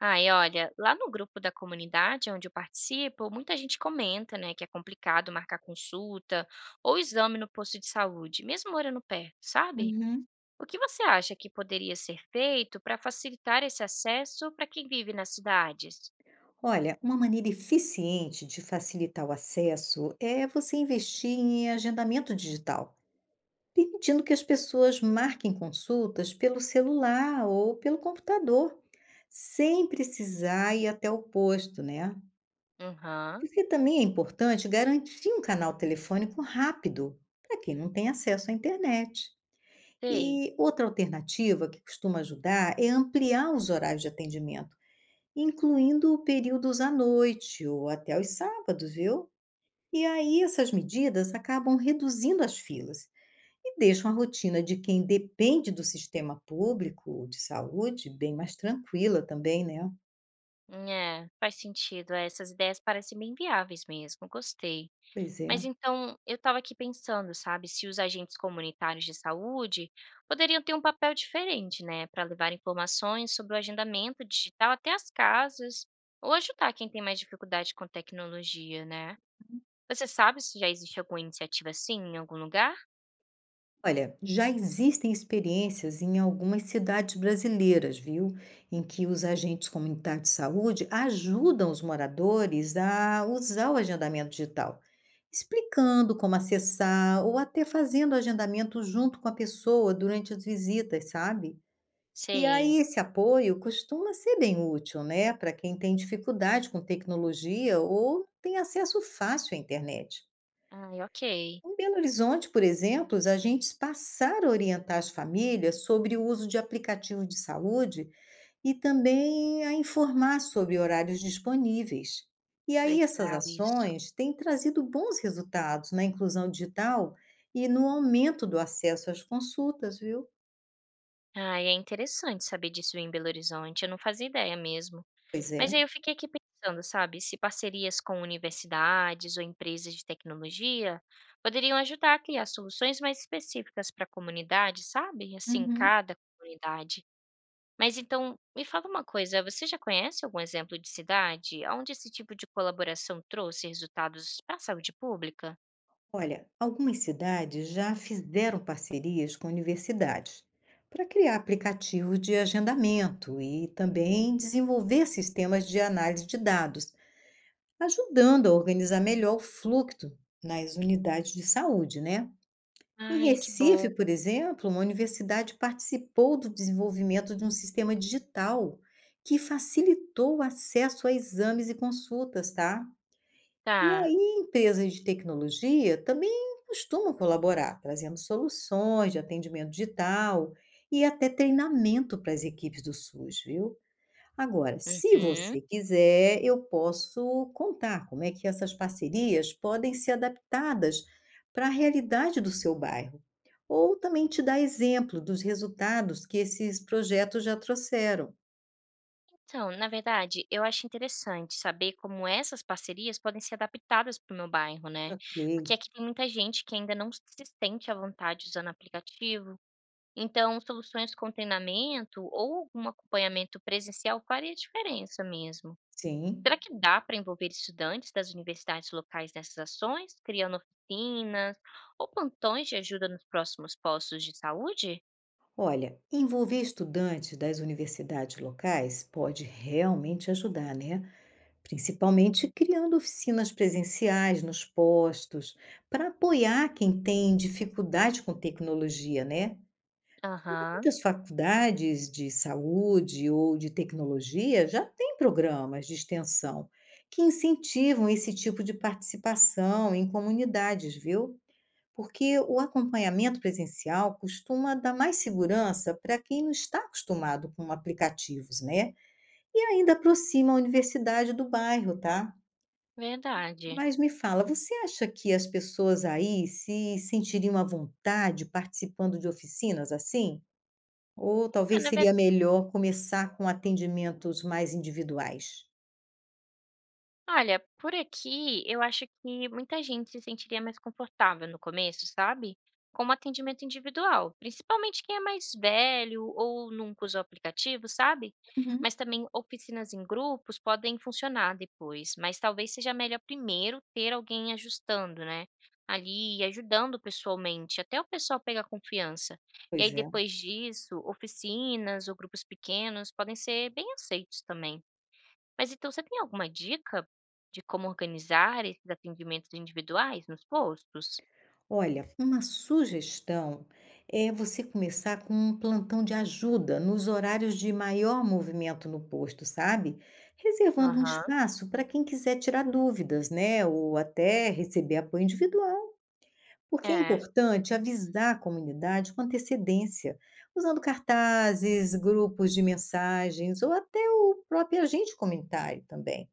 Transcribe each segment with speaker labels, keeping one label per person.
Speaker 1: Ai, olha, lá no grupo da comunidade onde eu participo, muita gente comenta, né, que é complicado marcar consulta ou exame no posto de saúde, mesmo morando perto, sabe?
Speaker 2: Uhum.
Speaker 1: O que você acha que poderia ser feito para facilitar esse acesso para quem vive nas cidades?
Speaker 2: Olha, uma maneira eficiente de facilitar o acesso é você investir em agendamento digital, permitindo que as pessoas marquem consultas pelo celular ou pelo computador, sem precisar ir até o posto, né?
Speaker 1: Aham,
Speaker 2: Porque também é importante garantir um canal telefônico rápido para quem não tem acesso à internet.
Speaker 1: sei.
Speaker 2: E outra alternativa que costuma ajudar é ampliar os horários de atendimento incluindo períodos à noite ou até aos sábados, viu? E aí essas medidas acabam reduzindo as filas e deixam a rotina de quem depende do sistema público de saúde bem mais tranquila também, né?
Speaker 1: É, faz sentido. Essas ideias parecem bem viáveis mesmo. Gostei.
Speaker 2: Pois é.
Speaker 1: Mas então, eu estava aqui pensando, sabe, se os agentes comunitários de saúde poderiam ter um papel diferente, né, para levar informações sobre o agendamento digital até as casas ou ajudar quem tem mais dificuldade com tecnologia, né? Você sabe se já existe alguma iniciativa assim em algum lugar?
Speaker 2: Olha, já existem experiências em algumas cidades brasileiras, viu? Em que os agentes comunitários de saúde ajudam os moradores a usar o agendamento digital, explicando como acessar ou até fazendo agendamento junto com a pessoa durante as visitas, sabe? E
Speaker 1: Sei.
Speaker 2: aí esse apoio costuma ser bem útil, né, para quem tem dificuldade com tecnologia ou tem acesso fácil à internet.
Speaker 1: Ai, ok.
Speaker 2: Em Belo Horizonte, por exemplo, os agentes passaram a orientar as famílias sobre o uso de aplicativos de saúde e também a informar sobre horários disponíveis. E aí essas
Speaker 1: Legal isso.
Speaker 2: ações têm trazido bons resultados na inclusão digital e no aumento do acesso às consultas, viu?
Speaker 1: Ai, é interessante saber disso em Belo Horizonte. Eu não fazia ideia mesmo.
Speaker 2: Pois
Speaker 1: Mas
Speaker 2: é.
Speaker 1: aí eu fiquei aqui pensando, sabe, se parcerias com universidades ou empresas de tecnologia poderiam ajudar a criar soluções mais específicas para a comunidade, sabe? Assim,
Speaker 2: Uhum.
Speaker 1: cada comunidade. Mas então, me fala uma coisa, você já conhece algum exemplo de cidade onde esse tipo de colaboração trouxe resultados para a saúde pública?
Speaker 2: Olha, algumas cidades já fizeram parcerias com universidades para criar aplicativos de agendamento e também desenvolver sistemas de análise de dados, ajudando a organizar melhor o fluxo nas unidades de saúde, né? Em
Speaker 1: Ai, que bom.
Speaker 2: Recife, por exemplo, uma universidade participou do desenvolvimento de um sistema digital que facilitou o acesso a exames e consultas, tá? E
Speaker 1: Tá.
Speaker 2: aí, empresas de tecnologia também costumam colaborar, trazendo soluções de atendimento digital e até treinamento para as equipes do SUS, viu? Agora, se
Speaker 1: Uhum.
Speaker 2: você quiser, eu posso contar como é que essas parcerias podem ser adaptadas para a realidade do seu bairro, ou também te dar exemplo dos resultados que esses projetos já trouxeram.
Speaker 1: Então, na verdade, eu acho interessante saber como essas parcerias podem ser adaptadas para o meu bairro, né?
Speaker 2: Ok,
Speaker 1: Porque aqui tem muita gente que ainda não se sente à vontade usando aplicativo. Então, soluções com treinamento ou algum acompanhamento presencial faria diferença mesmo.
Speaker 2: sim.
Speaker 1: Será que dá para envolver estudantes das universidades locais nessas ações, criando oficinas ou plantões de ajuda nos próximos postos de saúde?
Speaker 2: Olha, envolver estudantes das universidades locais pode realmente ajudar, né? Principalmente criando oficinas presenciais nos postos, para apoiar quem tem dificuldade com tecnologia, né?
Speaker 1: Aham,
Speaker 2: Muitas faculdades de saúde ou de tecnologia já têm programas de extensão que incentivam esse tipo de participação em comunidades, viu? Porque o acompanhamento presencial costuma dar mais segurança para quem não está acostumado com aplicativos, né? E ainda aproxima a universidade do bairro, tá?
Speaker 1: verdade.
Speaker 2: Mas me fala, você acha que as pessoas aí se sentiriam à vontade participando de oficinas assim? Ou
Speaker 1: É,
Speaker 2: talvez
Speaker 1: na
Speaker 2: seria
Speaker 1: verdade.
Speaker 2: melhor começar com atendimentos mais individuais?
Speaker 1: Olha, por aqui eu acho que muita gente se sentiria mais confortável no começo, sabe? Com um atendimento individual, principalmente quem é mais velho ou nunca usou aplicativo, sabe?
Speaker 2: Uhum.
Speaker 1: Mas também oficinas em grupos podem funcionar depois, mas talvez seja melhor primeiro ter alguém ajustando, né? Ali e ajudando pessoalmente, até o pessoal pegar confiança. E
Speaker 2: Pois
Speaker 1: aí
Speaker 2: é.
Speaker 1: depois disso, oficinas ou grupos pequenos podem ser bem aceitos também. Mas então você tem alguma dica de como organizar esses atendimentos individuais nos postos?
Speaker 2: Olha, uma sugestão é você começar com um plantão de ajuda nos horários de maior movimento no posto, sabe? Reservando um
Speaker 1: Aham.
Speaker 2: espaço para quem quiser tirar dúvidas, né? Ou até receber apoio individual. Porque é
Speaker 1: É,
Speaker 2: importante avisar a comunidade com antecedência, usando cartazes, grupos de mensagens ou até o próprio agente comunitário também.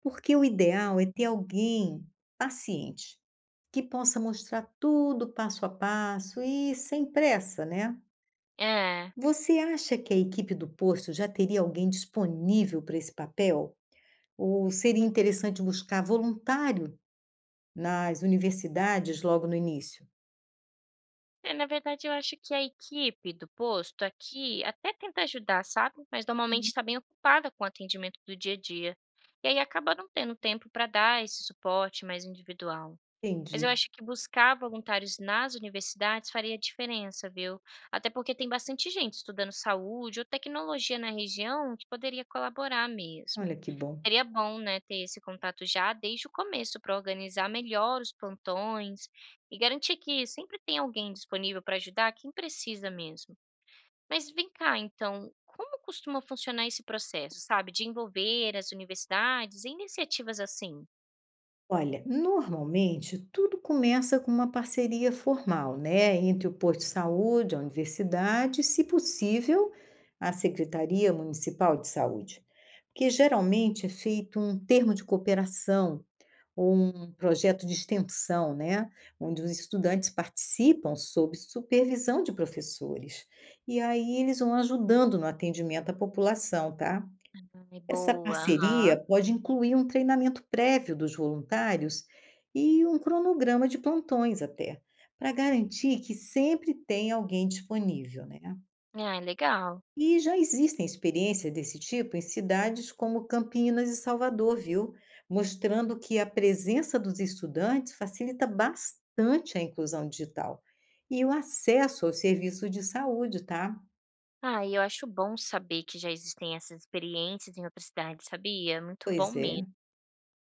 Speaker 2: Porque o ideal é ter alguém paciente que possa mostrar tudo passo a passo e sem pressa, né?
Speaker 1: é.
Speaker 2: Você acha que a equipe do posto já teria alguém disponível para esse papel? Ou seria interessante buscar voluntário nas universidades logo no início?
Speaker 1: Eu acho que a equipe do posto aqui até tenta ajudar, sabe? Mas normalmente está bem ocupada com o atendimento do dia a dia. E aí acaba não tendo tempo para dar esse suporte mais individual. Mas eu
Speaker 2: Entendi.
Speaker 1: acho que buscar voluntários nas universidades faria diferença, viu? Até porque tem bastante gente estudando saúde ou tecnologia na região que poderia colaborar mesmo.
Speaker 2: Olha que bom.
Speaker 1: Seria bom, né, ter esse contato já desde o começo para organizar melhor os plantões e garantir que sempre tem alguém disponível para ajudar quem precisa mesmo. Mas vem cá, então, como costuma funcionar esse processo, sabe, de envolver as universidades em iniciativas assim?
Speaker 2: Olha, normalmente tudo começa com uma parceria formal, né, entre o posto de saúde, a universidade, e, se possível, a Secretaria Municipal de Saúde, porque geralmente é feito um termo de cooperação ou um projeto de extensão, né, onde os estudantes participam sob supervisão de professores. E aí eles vão ajudando no atendimento à população, tá?
Speaker 1: Ai,
Speaker 2: Essa
Speaker 1: boa, aham.
Speaker 2: parceria pode incluir um treinamento prévio dos voluntários e um cronograma de plantões até, para garantir que sempre tem alguém disponível, né?
Speaker 1: Ah, legal.
Speaker 2: E já existem experiências desse tipo em cidades como Campinas e Salvador, viu? Mostrando que a presença dos estudantes facilita bastante a inclusão digital e o acesso aos serviços de saúde, tá?
Speaker 1: Ah, e eu acho bom saber que já existem essas experiências em outras cidades, sabia? Muito bom
Speaker 2: Pois
Speaker 1: mesmo.
Speaker 2: é.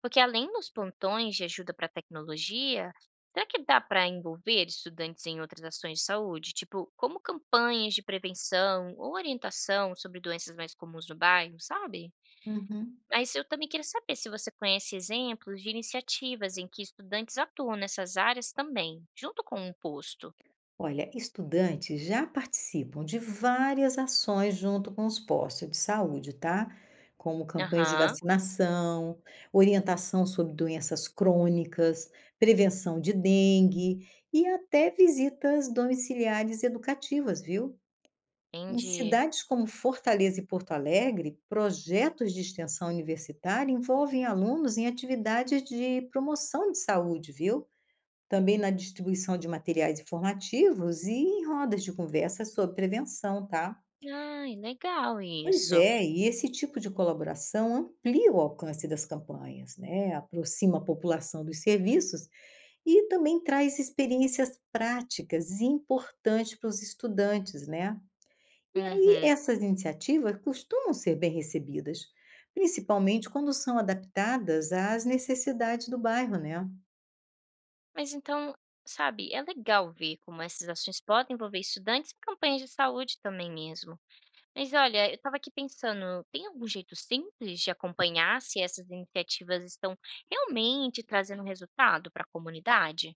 Speaker 1: Porque além dos plantões de ajuda para tecnologia, será que dá para envolver estudantes em outras ações de saúde? Tipo, como campanhas de prevenção ou orientação sobre doenças mais comuns no bairro, sabe?
Speaker 2: Uhum.
Speaker 1: Mas eu também queria saber se você conhece exemplos de iniciativas em que estudantes atuam nessas áreas também, junto com um posto.
Speaker 2: Olha, estudantes já participam de várias ações junto com os postos de saúde, tá? Como campanhas de
Speaker 1: Aham,
Speaker 2: vacinação, orientação sobre doenças crônicas, prevenção de dengue e até visitas domiciliares educativas, viu? Em
Speaker 1: entendi.
Speaker 2: cidades como Fortaleza e Porto Alegre, projetos de extensão universitária envolvem alunos em atividades de promoção de saúde, viu? Também na distribuição de materiais informativos e em rodas de conversa sobre prevenção, tá?
Speaker 1: Ai, legal
Speaker 2: Pois
Speaker 1: isso.
Speaker 2: é, e esse tipo de colaboração amplia o alcance das campanhas, né? Aproxima a população dos serviços e também traz experiências práticas e importantes para os estudantes, né? E aí
Speaker 1: Uhum.
Speaker 2: essas iniciativas costumam ser bem recebidas, principalmente quando são adaptadas às necessidades do bairro, né?
Speaker 1: Mas então, sabe, é legal ver como essas ações podem envolver estudantes e campanhas de saúde também mesmo. Mas olha, eu estava aqui pensando, tem algum jeito simples de acompanhar se essas iniciativas estão realmente trazendo resultado para a comunidade?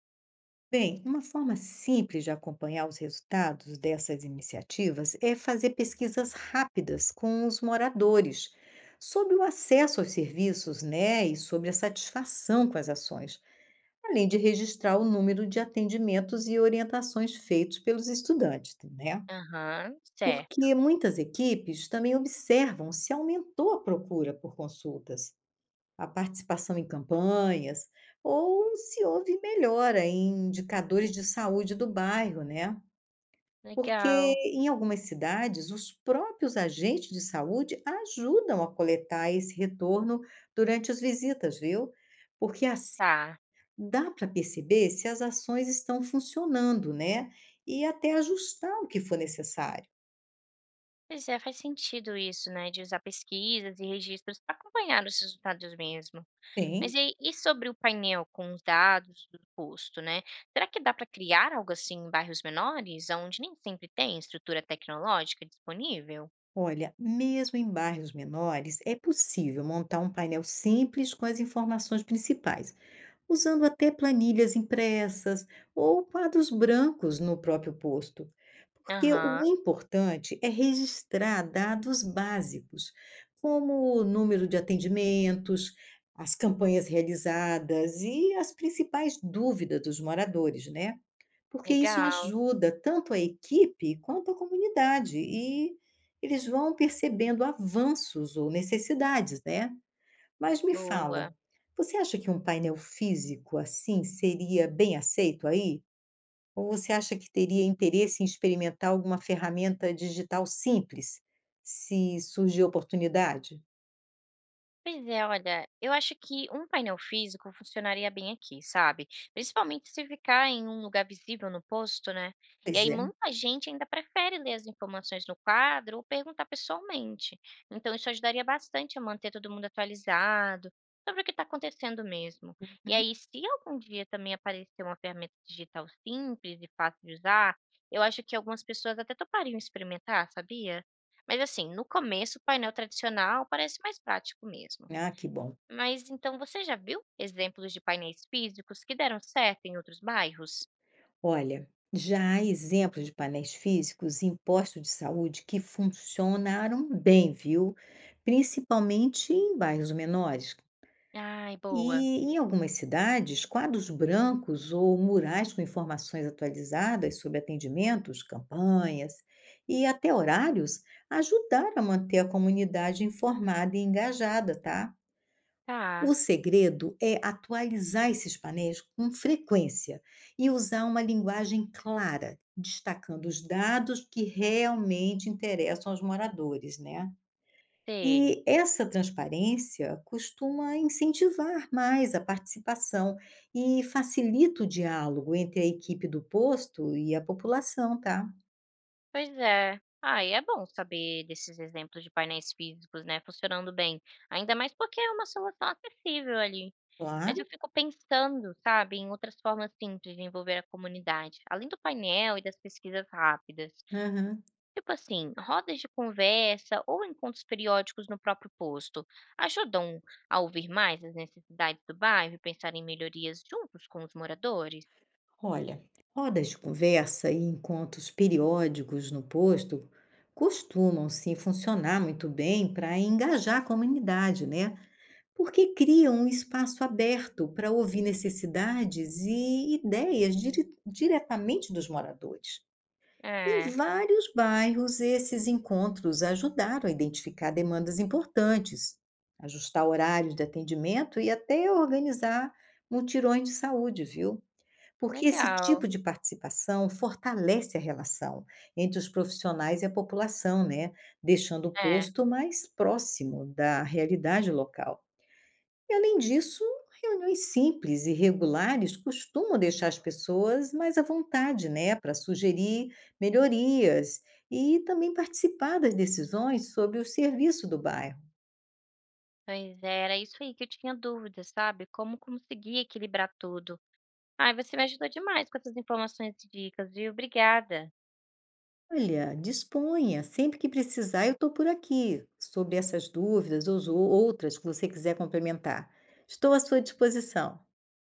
Speaker 2: Bem, uma forma simples de acompanhar os resultados dessas iniciativas é fazer pesquisas rápidas com os moradores sobre o acesso aos serviços, né, e sobre a satisfação com as ações, além de registrar o número de atendimentos e orientações feitos pelos estudantes, né?
Speaker 1: Aham, certo.
Speaker 2: Porque muitas equipes também observam se aumentou a procura por consultas. A participação em campanhas, ou se houve melhora em indicadores de saúde do bairro, né. Porque
Speaker 1: Legal.
Speaker 2: em algumas cidades, os próprios agentes de saúde ajudam a coletar esse retorno durante as visitas, viu. Porque assim
Speaker 1: Tá.
Speaker 2: dá para perceber se as ações estão funcionando, né, e até ajustar o que for necessário.
Speaker 1: Pois é, faz sentido isso, né, de usar pesquisas e registros para acompanhar os resultados mesmo.
Speaker 2: Tem.
Speaker 1: Mas e aí e sobre o painel com os dados do posto, né, será que dá para criar algo assim em bairros menores, aonde nem sempre tem estrutura tecnológica disponível?
Speaker 2: Olha, mesmo em bairros menores, é possível montar um painel simples com as informações principais, usando até planilhas impressas ou quadros brancos no próprio posto. Porque
Speaker 1: Aham,
Speaker 2: o importante é registrar dados básicos, como o número de atendimentos, as campanhas realizadas e as principais dúvidas dos moradores, né? Porque isso
Speaker 1: legal,
Speaker 2: ajuda tanto a equipe quanto a comunidade e eles vão percebendo avanços ou necessidades, né? Mas me fala,
Speaker 1: boa.
Speaker 2: você acha que um painel físico, assim, seria bem aceito aí? Ou você acha que teria interesse em experimentar alguma ferramenta digital simples, se surgir oportunidade?
Speaker 1: Pois é, olha, eu acho que um painel físico funcionaria bem aqui, sabe? Principalmente se ficar em um lugar visível no posto, né? E
Speaker 2: Pois
Speaker 1: aí
Speaker 2: é.
Speaker 1: muita gente ainda prefere ler as informações no quadro ou perguntar pessoalmente. Então isso ajudaria bastante a manter todo mundo atualizado sobre o que está acontecendo mesmo. E
Speaker 2: Uhum.
Speaker 1: aí, se algum dia também aparecer uma ferramenta digital simples e fácil de usar, eu acho que algumas pessoas até topariam experimentar, sabia? Mas assim, no começo, o painel tradicional parece mais prático mesmo.
Speaker 2: Ah, que bom.
Speaker 1: Mas então você já viu exemplos de painéis físicos que deram certo em outros bairros?
Speaker 2: Olha, já há exemplos de painéis físicos em postos de saúde que funcionaram bem, viu? Principalmente em bairros menores.
Speaker 1: Ai, boa.
Speaker 2: E em algumas cidades, quadros brancos ou murais com informações atualizadas sobre atendimentos, campanhas e até horários ajudaram a manter a comunidade informada e engajada, tá?
Speaker 1: Tá,
Speaker 2: O segredo é atualizar esses painéis com frequência e usar uma linguagem clara, destacando os dados que realmente interessam aos moradores, né?
Speaker 1: sei.
Speaker 2: E essa transparência costuma incentivar mais a participação e facilita o diálogo entre a equipe do posto e a população, tá?
Speaker 1: Pois é. Ai, é bom saber desses exemplos de painéis físicos, né, funcionando bem. Ainda mais porque é uma solução acessível ali. Mas eu
Speaker 2: Claro.
Speaker 1: fico pensando, sabe, em outras formas simples de envolver a comunidade, além do painel e das pesquisas rápidas.
Speaker 2: Aham.
Speaker 1: Tipo assim, rodas de conversa ou encontros periódicos no próprio posto ajudam a ouvir mais as necessidades do bairro e pensar em melhorias juntos com os moradores?
Speaker 2: Olha, rodas de conversa e encontros periódicos no posto costumam sim funcionar muito bem para engajar a comunidade, né? Porque criam um espaço aberto para ouvir necessidades e ideias diretamente dos moradores.
Speaker 1: É,
Speaker 2: Em vários bairros, esses encontros ajudaram a identificar demandas importantes, ajustar horários de atendimento e até organizar mutirões de saúde, viu? Porque esse tipo
Speaker 1: legal.
Speaker 2: de participação fortalece a relação entre os profissionais e a população, né? Deixando o
Speaker 1: É,
Speaker 2: posto mais próximo da realidade local. E além disso, reuniões simples e regulares costumam deixar as pessoas mais à vontade, né, para sugerir melhorias e também participar das decisões sobre o serviço do bairro.
Speaker 1: Pois é, era isso aí que eu tinha dúvida, sabe? Como conseguir equilibrar tudo. Ai, você me ajudou demais com essas informações e dicas, viu? Obrigada.
Speaker 2: Olha, disponha, sempre que precisar, eu estou por aqui, sobre essas dúvidas ou outras que você quiser complementar. Estou à sua disposição.